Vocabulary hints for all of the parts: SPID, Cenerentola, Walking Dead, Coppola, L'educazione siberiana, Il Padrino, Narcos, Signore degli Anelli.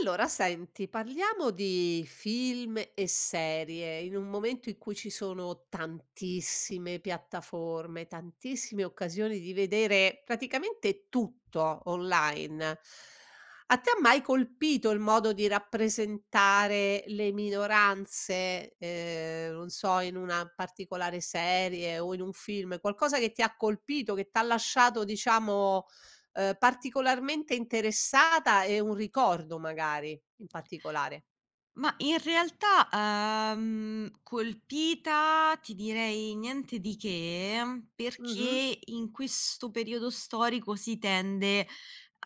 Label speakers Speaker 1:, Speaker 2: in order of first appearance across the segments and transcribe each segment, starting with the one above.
Speaker 1: Allora senti, parliamo di film e serie, in un momento in cui ci sono tantissime piattaforme, tantissime occasioni di vedere praticamente tutto online. A te ha mai colpito il modo di rappresentare le minoranze, non so, in una particolare serie o in un film? Qualcosa che ti ha colpito, che t'ha lasciato diciamo particolarmente interessata e un ricordo magari in particolare.
Speaker 2: Ma in realtà, colpita ti direi niente di che,
Speaker 1: Mh-mh.
Speaker 2: perché in questo periodo storico si tende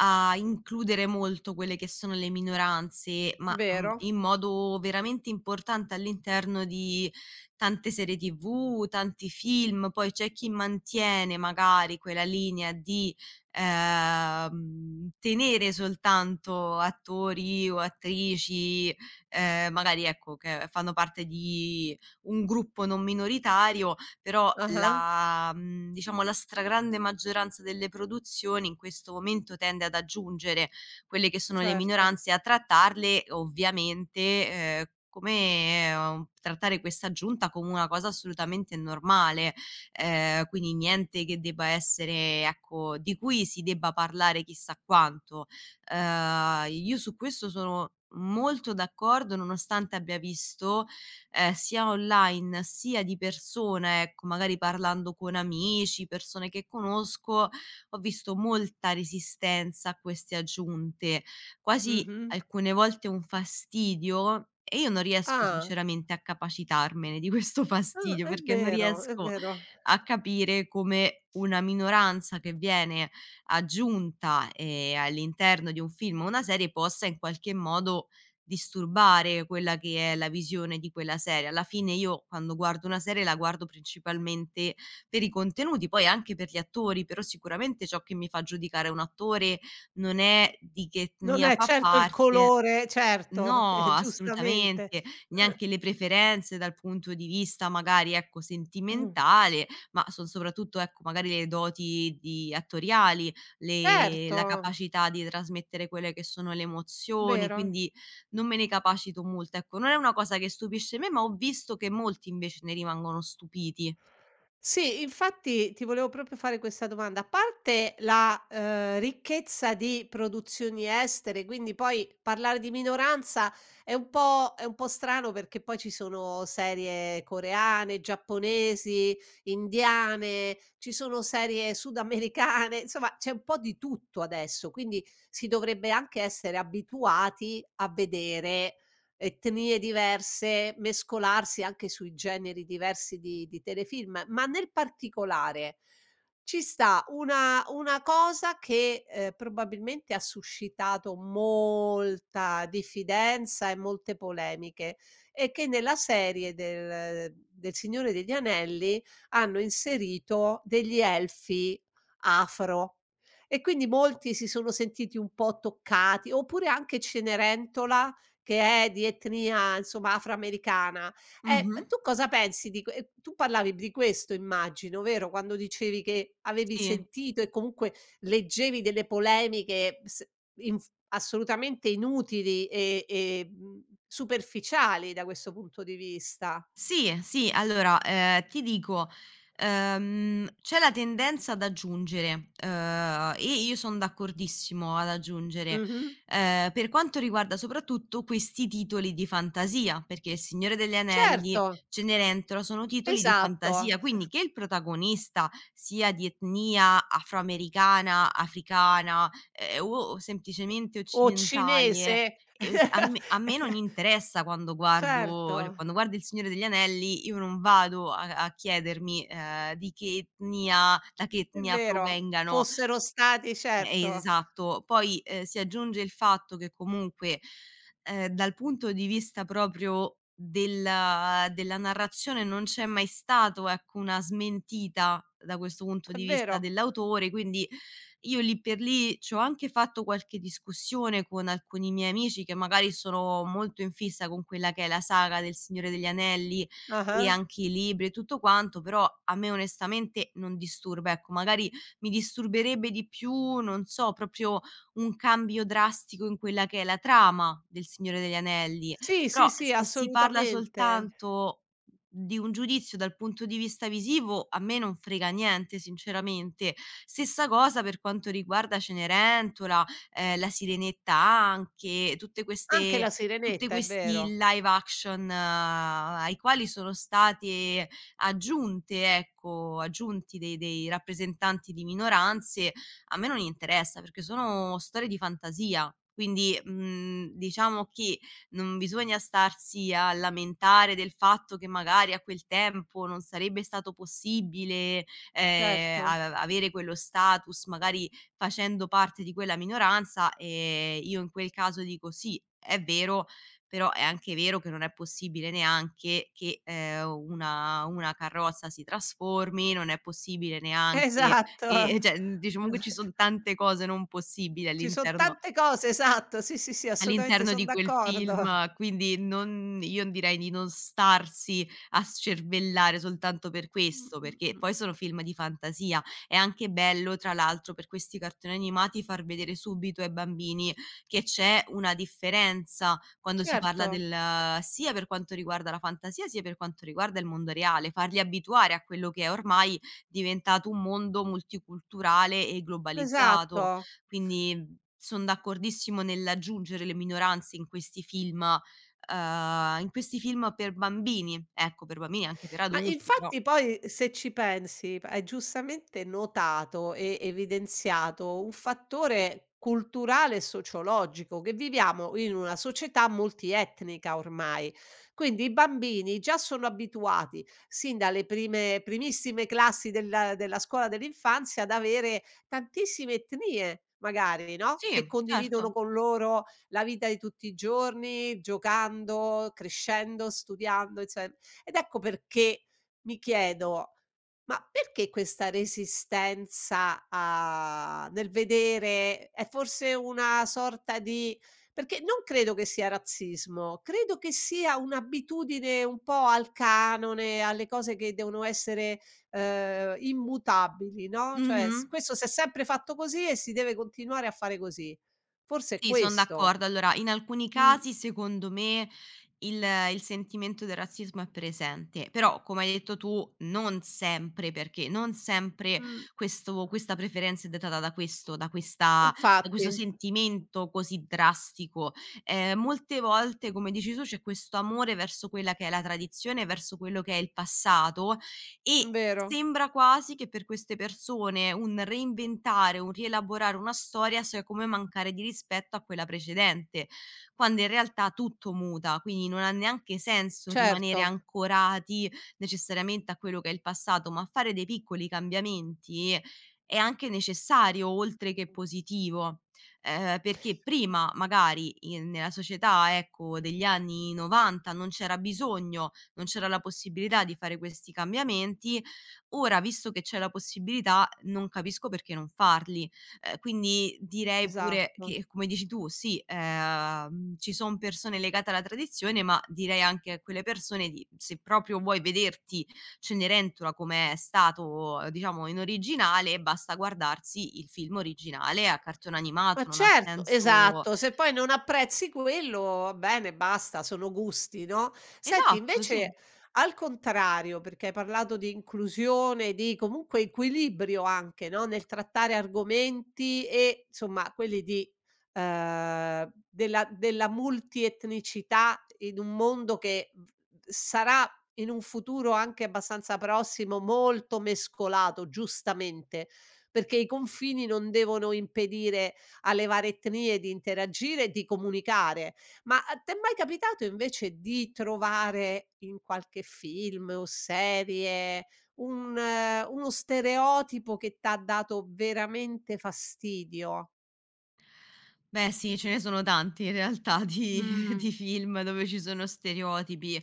Speaker 2: a includere molto quelle che sono le minoranze, ma,
Speaker 1: Vero.
Speaker 2: in modo veramente importante all'interno di tante serie TV, tanti film. Poi c'è chi mantiene magari quella linea di, tenere soltanto attori o attrici, magari ecco, che fanno parte di un gruppo non minoritario, però
Speaker 1: Ah-ah,
Speaker 2: diciamo la stragrande maggioranza delle produzioni in questo momento tende ad aggiungere quelle che sono le
Speaker 1: certo.
Speaker 2: minoranze e a trattarle ovviamente, ehm, come trattare questa aggiunta come una cosa assolutamente normale, quindi niente che debba essere ecco, di cui si debba parlare chissà quanto. Io su questo sono molto d'accordo, nonostante abbia visto, sia online sia di persona, ecco, magari parlando con amici, persone che conosco, ho visto molta resistenza a queste aggiunte, quasi
Speaker 1: Mh-mh.
Speaker 2: alcune volte un fastidio e io non riesco
Speaker 1: Ah,
Speaker 2: sinceramente a capacitarmene di questo
Speaker 1: ah,
Speaker 2: fastidio,
Speaker 1: è
Speaker 2: perché non
Speaker 1: vero, è
Speaker 2: riesco
Speaker 1: vero.
Speaker 2: a capire come una minoranza che viene aggiunta, all'interno di un film o una serie possa in qualche modo disturbare quella che è la visione di quella serie. Alla fine io quando guardo una serie la guardo principalmente per i contenuti, poi anche per gli attori, però sicuramente ciò che mi fa giudicare un attore non è di che
Speaker 1: Non
Speaker 2: etnia
Speaker 1: è
Speaker 2: fa
Speaker 1: certo il
Speaker 2: parte.
Speaker 1: colore, certo,
Speaker 2: No,
Speaker 1: giustamente.
Speaker 2: assolutamente, neanche le preferenze dal punto di vista magari, ecco, sentimentale, ma son soprattutto, ecco, magari le doti di attoriali, le
Speaker 1: Certo,
Speaker 2: la capacità di trasmettere quelle che sono le emozioni,
Speaker 1: vero.
Speaker 2: quindi non me ne capacito molto, ecco. Non è una cosa che stupisce me, ma ho visto che molti invece ne rimangono stupiti.
Speaker 1: Sì, infatti ti volevo proprio fare questa domanda. A parte la ricchezza di produzioni estere, quindi poi parlare di minoranza è un po' strano perché poi ci sono serie coreane, giapponesi, indiane, ci sono serie sudamericane, insomma c'è un po' di tutto adesso, quindi si dovrebbe anche essere abituati a vedere etnie diverse, mescolarsi anche sui generi diversi di telefilm, ma nel particolare ci sta una cosa che, probabilmente ha suscitato molta diffidenza e molte polemiche, e che nella serie del Signore degli Anelli hanno inserito degli elfi afro, e quindi molti si sono sentiti un po' toccati, oppure anche Cenerentola che è di etnia, insomma, afroamericana. Eh,
Speaker 2: Mh-mh.
Speaker 1: tu cosa pensi di que tu parlavi di questo immagino, vero? Quando dicevi che avevi
Speaker 2: Sì.
Speaker 1: sentito e comunque leggevi delle polemiche s inf assolutamente inutili e superficiali da questo punto di vista.
Speaker 2: Sì, sì, allora, ti dico, c'è la tendenza ad aggiungere, e io son d'accordissimo ad aggiungere,
Speaker 1: Mh-mh.
Speaker 2: per quanto riguarda soprattutto questi titoli di fantasia, perché Il Signore degli Anelli,
Speaker 1: Certo,
Speaker 2: Cenerentola, sono titoli di
Speaker 1: esatto.
Speaker 2: fantasia, quindi che il protagonista sia di etnia afroamericana, africana, o semplicemente
Speaker 1: O cinese.
Speaker 2: occidentale. A me a me non interessa quando
Speaker 1: Certo,
Speaker 2: guardo cioè quando guardo Il Signore degli Anelli io non vado a chiedermi, di che etnia da che
Speaker 1: è
Speaker 2: etnia
Speaker 1: vero.
Speaker 2: provengano.
Speaker 1: Fossero stati
Speaker 2: Eh,
Speaker 1: certo,
Speaker 2: esatto. Poi, si aggiunge il fatto che comunque, dal punto di vista proprio della narrazione non c'è mai stato, ecco, una smentita da questo punto
Speaker 1: è
Speaker 2: di vista
Speaker 1: vero.
Speaker 2: dell'autore, quindi io lì per lì c'ho anche fatto qualche discussione con alcuni miei amici che magari sono molto in fissa con quella che è la saga del Signore degli Anelli e
Speaker 1: Ah-ah.
Speaker 2: anche i libri e tutto quanto, però a me onestamente non disturba. Ecco, magari mi disturberebbe di più, non so, proprio un cambio drastico in quella che è la trama del Signore degli Anelli,
Speaker 1: Sì,
Speaker 2: però
Speaker 1: sì, sì,
Speaker 2: se si parla
Speaker 1: assolutamente.
Speaker 2: soltanto di un giudizio dal punto di vista visivo, a me non frega niente sinceramente. Stessa cosa per quanto riguarda Cenerentola, La Sirenetta anche,
Speaker 1: Anche la
Speaker 2: tutte
Speaker 1: sirenetta, è
Speaker 2: questi
Speaker 1: vero.
Speaker 2: live action ai quali sono state aggiunte, ecco, aggiunti dei rappresentanti di minoranze, a me non interessa perché sono storie di fantasia. Quindi, diciamo che non bisogna starsi a lamentare del fatto che magari a quel tempo non sarebbe stato possibile,
Speaker 1: Certo.
Speaker 2: a avere quello status, magari facendo parte di quella minoranza, io in quel caso dico: "Sì, è vero, però è anche vero che non è possibile neanche che, una carrozza si trasformi, non è possibile neanche
Speaker 1: Esatto.
Speaker 2: che cioè, diciamo che ci son tante cose non possibili
Speaker 1: Ci son tante cose, esatto. Sì, sì, sì, assolutamente,
Speaker 2: all'interno
Speaker 1: son
Speaker 2: di quel
Speaker 1: d'accordo.
Speaker 2: film, quindi non io direi di non starsi a scervellare soltanto per
Speaker 1: Mh,
Speaker 2: questo,
Speaker 1: mh,
Speaker 2: perché
Speaker 1: mh.
Speaker 2: poi sono film di fantasia. È anche bello, tra l'altro, per questi cartoni animati far vedere subito ai bambini che c'è una differenza quando si parla
Speaker 1: Certo,
Speaker 2: del sia per quanto riguarda la fantasia, sia per quanto riguarda il mondo reale, farli abituare a quello che è ormai diventato un mondo multiculturale e globalizzato.
Speaker 1: esatto.
Speaker 2: Quindi son d'accordissimo nell'aggiungere le minoranze in questi film per bambini, ecco, per bambini e anche per
Speaker 1: Ma
Speaker 2: adulti, però
Speaker 1: infatti poi se ci pensi, p hai giustamente notato e evidenziato un fattore culturale e sociologico, che viviamo in una società multietnica ormai. Quindi i bambini già sono abituati, sin dalle prime primissime classi della scuola dell'infanzia, ad avere tantissime etnie magari, no,
Speaker 2: sì,
Speaker 1: che condividono
Speaker 2: certo.
Speaker 1: con loro la vita di tutti i giorni, giocando, crescendo, studiando, inso ed ecco perché mi chiedo: ma perché questa resistenza a nel vedere è forse una sorta di perché non credo che sia razzismo, credo che sia un'abitudine un po' al canone, alle cose che devono essere, immutabili, no, cioè
Speaker 2: Mh-mh.
Speaker 1: s questo s'è sempre fatto così e si deve continuare a fare così. Forse è
Speaker 2: Sì, son
Speaker 1: questo.
Speaker 2: d'accordo. Allora, in alcuni
Speaker 1: Mh,
Speaker 2: casi secondo me il il sentimento del razzismo è presente, però come hai detto tu non sempre, perché non sempre
Speaker 1: mh,
Speaker 2: questo questa preferenza è dettata da questa da
Speaker 1: infatti,
Speaker 2: questo sentimento così drastico. Molte volte, come dici tu, c'è questo amore verso quella che è la tradizione, verso quello che è il passato e
Speaker 1: vero,
Speaker 2: sembra quasi che per queste persone un reinventare, un rielaborare una storia sia come mancare di rispetto a quella precedente, quando in realtà tutto muta, quindi non ha neanche senso
Speaker 1: certo.
Speaker 2: rimanere ancorati necessariamente a quello che è il passato, ma fare dei piccoli cambiamenti è anche necessario oltre che positivo. Perché prima magari in nella società, ecco, degli anni '90 non c'era la possibilità di fare questi cambiamenti, ora visto che c'è la possibilità non capisco perché non farli. Quindi direi pure
Speaker 1: Esatto.
Speaker 2: che, come dici tu, sì, ci son persone legate alla tradizione, ma direi anche a quelle persone di se proprio vuoi vederti Cenerentola com'è stato, diciamo, in originale, basta guardarsi il film originale a cartone
Speaker 1: Ma
Speaker 2: animato, non ha
Speaker 1: certo,
Speaker 2: senso.
Speaker 1: esatto, se poi non apprezzi quello, va bene, basta, sono gusti, no. Senti
Speaker 2: Esatto, sì.
Speaker 1: invece al contrario, perché hai parlato di inclusione, di comunque equilibrio anche, no, nel trattare argomenti e insomma quelli di della della multietnicità in un mondo che v sarà in un futuro anche abbastanza prossimo molto mescolato, giustamente, perché i confini non devono impedire alle varie etnie di interagire e di comunicare. Ma a t'è mai capitato invece di trovare in qualche film o serie un uno stereotipo che t'ha dato veramente fastidio?
Speaker 2: Beh sì, ce ne sono tanti in realtà di
Speaker 1: Mh.
Speaker 2: di film dove ci sono stereotipi.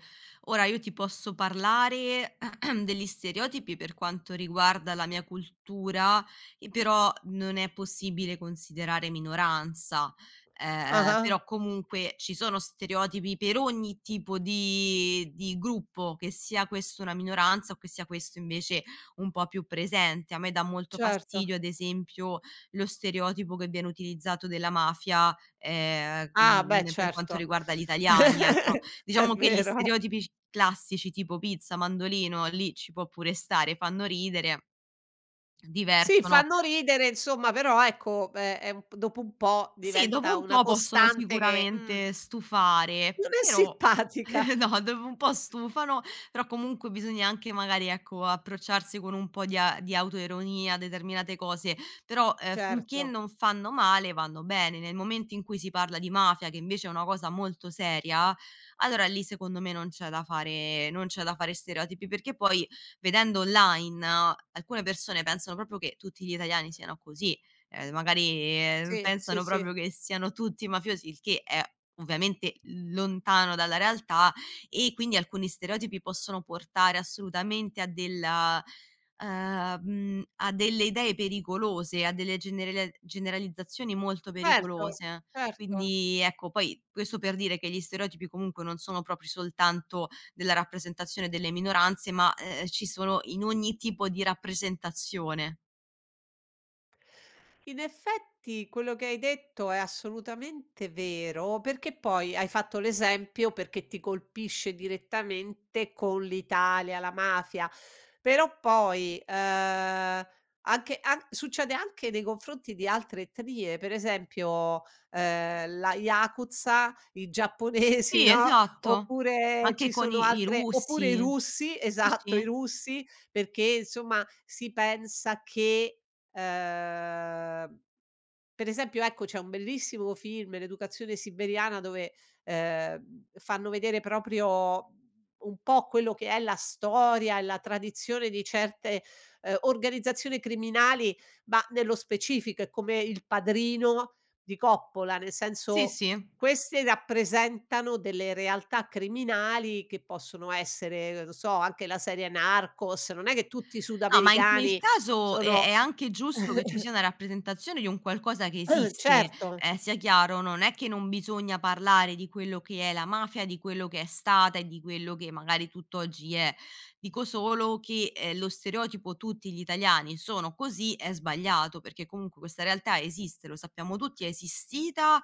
Speaker 2: Ora io ti posso parlare degli stereotipi per quanto riguarda la mia cultura, che però non è possibile considerare minoranza,
Speaker 1: Ah-ah,
Speaker 2: però comunque ci sono stereotipi per ogni tipo di gruppo, che sia questo una minoranza o che sia questo invece un po' più presente. A me dà molto
Speaker 1: certo.
Speaker 2: fastidio ad esempio lo stereotipo che viene utilizzato della mafia,
Speaker 1: Ah beh,
Speaker 2: per quanto
Speaker 1: certo.
Speaker 2: riguarda gli italiani, ecco.
Speaker 1: È
Speaker 2: Diciamo che gli
Speaker 1: vero.
Speaker 2: stereotipi c classici tipo pizza, mandolino, lì ci può pure stare, fanno ridere,
Speaker 1: Sì,
Speaker 2: divertono.
Speaker 1: fanno ridere insomma, però ecco, è un p dopo un po'
Speaker 2: Sì, dopo
Speaker 1: diventa
Speaker 2: un
Speaker 1: una
Speaker 2: po' possono
Speaker 1: costante che,
Speaker 2: sicuramente stufare,
Speaker 1: non è
Speaker 2: però
Speaker 1: simpatica.
Speaker 2: no, dopo un po' stufano, però comunque bisogna anche magari, ecco, approcciarsi con un po' di autoironia a determinate cose, però,
Speaker 1: Certo,
Speaker 2: finché non fanno male vanno bene. Nel momento in cui si parla di mafia, che invece è una cosa molto seria, allora lì secondo me non c'è da fare stereotipi, perché poi vedendo online alcune persone pensano proprio che tutti gli italiani siano così. Magari,
Speaker 1: sì, sì,
Speaker 2: pensano
Speaker 1: sì.
Speaker 2: proprio che siano tutti mafiosi, il che è ovviamente lontano dalla realtà e quindi alcuni stereotipi possono portare assolutamente a della a delle idee pericolose, a delle generalizzazioni molto
Speaker 1: Certo,
Speaker 2: pericolose.
Speaker 1: certo.
Speaker 2: Quindi ecco, poi questo per dire che gli stereotipi comunque non sono propri soltanto della rappresentazione delle minoranze, ma, ci sono in ogni tipo di rappresentazione.
Speaker 1: In effetti quello che hai detto è assolutamente vero, perché poi hai fatto l'esempio perché ti colpisce direttamente con l'Italia, la mafia, però poi, anche an succede anche nei confronti di altre etnie, per esempio, la yakuza, i giapponesi,
Speaker 2: Sì,
Speaker 1: no,
Speaker 2: esatto.
Speaker 1: oppure
Speaker 2: Anche
Speaker 1: ci
Speaker 2: con
Speaker 1: sono
Speaker 2: i
Speaker 1: altre oppure i
Speaker 2: russi.
Speaker 1: russi,
Speaker 2: Sì,
Speaker 1: esatto, i
Speaker 2: sì.
Speaker 1: russi, perché insomma si pensa che, Ehm, per esempio ecco c'è un bellissimo film, "L'educazione siberiana", dove, fanno vedere proprio un po' quello che è la storia e la tradizione di certe, organizzazioni criminali, ma nello specifico è come Il Padrino di Coppola, nel
Speaker 2: Sì,
Speaker 1: senso
Speaker 2: sì.
Speaker 1: queste rappresentano delle realtà criminali che possono essere, non so, anche la serie Narcos, non è che tutti i
Speaker 2: No, ma in quel
Speaker 1: sudamericani
Speaker 2: caso è
Speaker 1: sono
Speaker 2: anche giusto che ci sia una rappresentazione di un qualcosa che esiste,
Speaker 1: Certo,
Speaker 2: sia chiaro, non è che non bisogna parlare di quello che è la mafia, di quello che è stata e di quello che magari tutt'oggi è. Dico solo che, lo stereotipo "tutti gli italiani sono così" è sbagliato, perché comunque questa realtà esiste, lo sappiamo tutti, è esistita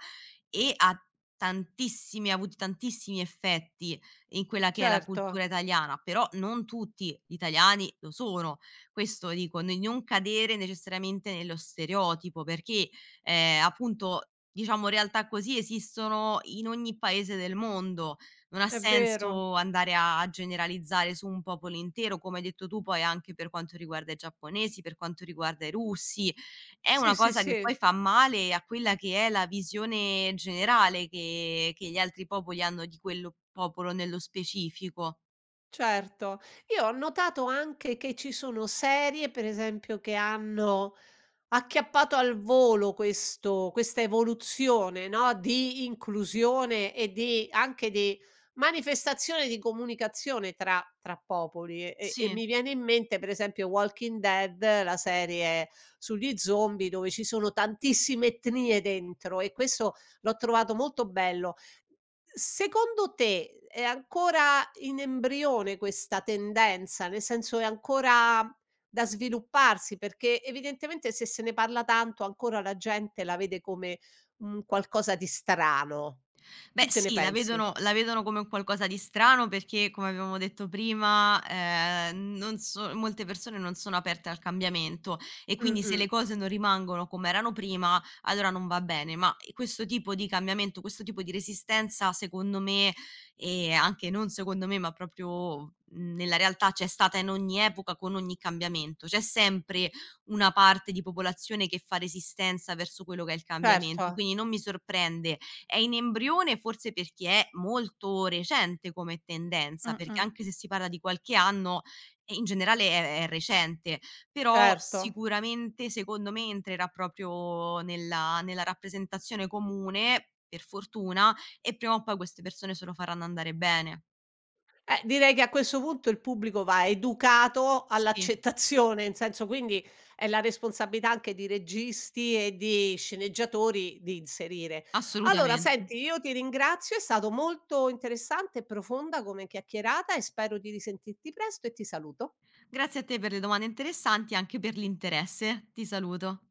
Speaker 2: e ha tantissimi ha avuto tantissimi effetti in quella che è la
Speaker 1: certo,
Speaker 2: cultura italiana, però non tutti gli italiani lo sono. Questo dico, ne non cadere necessariamente nello stereotipo perché, appunto, diciamo realtà così esistono in ogni paese del mondo. Non ha
Speaker 1: è vero.
Speaker 2: senso andare a generalizzare su un popolo intero, come hai detto tu poi anche per quanto riguarda i giapponesi, per quanto riguarda i russi. È
Speaker 1: Sì,
Speaker 2: una
Speaker 1: sì,
Speaker 2: cosa che poi
Speaker 1: sì.
Speaker 2: fa male a quella che è la visione generale che gli altri popoli hanno di quello popolo nello specifico.
Speaker 1: Certo. Io ho notato anche che ci sono serie, per esempio, che hanno acchiappato al volo questo questa evoluzione, no, di inclusione e di anche di manifestazione di comunicazione tra popoli e
Speaker 2: Sì.
Speaker 1: mi viene in mente, per esempio, Walking Dead, la serie sugli zombie dove ci sono tantissime etnie dentro e questo l'ho trovato molto bello. Secondo te è ancora in embrione questa tendenza? Nel senso è ancora da svilupparsi? Perché evidentemente se ne parla tanto ancora la gente la vede come un qualcosa di strano.
Speaker 2: Beh
Speaker 1: Tu che ne
Speaker 2: sì,
Speaker 1: pensi?
Speaker 2: la vedono come un qualcosa di strano perché, come avevamo detto prima, non so molte persone non sono aperte al cambiamento e quindi se le
Speaker 1: Mh-mh.
Speaker 2: cose non rimangono come erano prima, allora non va bene. Ma, questo tipo di cambiamento, questo tipo di resistenza secondo me, e anche non secondo me, ma proprio, nella realtà c'è stata in ogni epoca, con ogni cambiamento. C'è sempre una parte di popolazione che fa resistenza verso quello che è il
Speaker 1: Certo.
Speaker 2: cambiamento, quindi non mi sorprende è in embrione forse perché è molto recente come tendenza, perché
Speaker 1: Mh-mh.
Speaker 2: anche se si parla di qualche anno, in generale è recente, però
Speaker 1: Certo.
Speaker 2: sicuramente secondo me entrerà proprio nella rappresentazione comune, per fortuna, e prima o poi queste persone se lo faranno andare bene.
Speaker 1: Direi che a questo punto il pubblico va educato
Speaker 2: Sì,
Speaker 1: all'accettazione, in senso quindi è la responsabilità anche di registi e di sceneggiatori di inserire. Allora
Speaker 2: assolutamente.
Speaker 1: senti, io ti ringrazio, è stato molto interessante e profonda come chiacchierata e spero di risentirti presto e ti saluto.
Speaker 2: Grazie a te per le domande interessanti e anche per l'interesse. Ti saluto.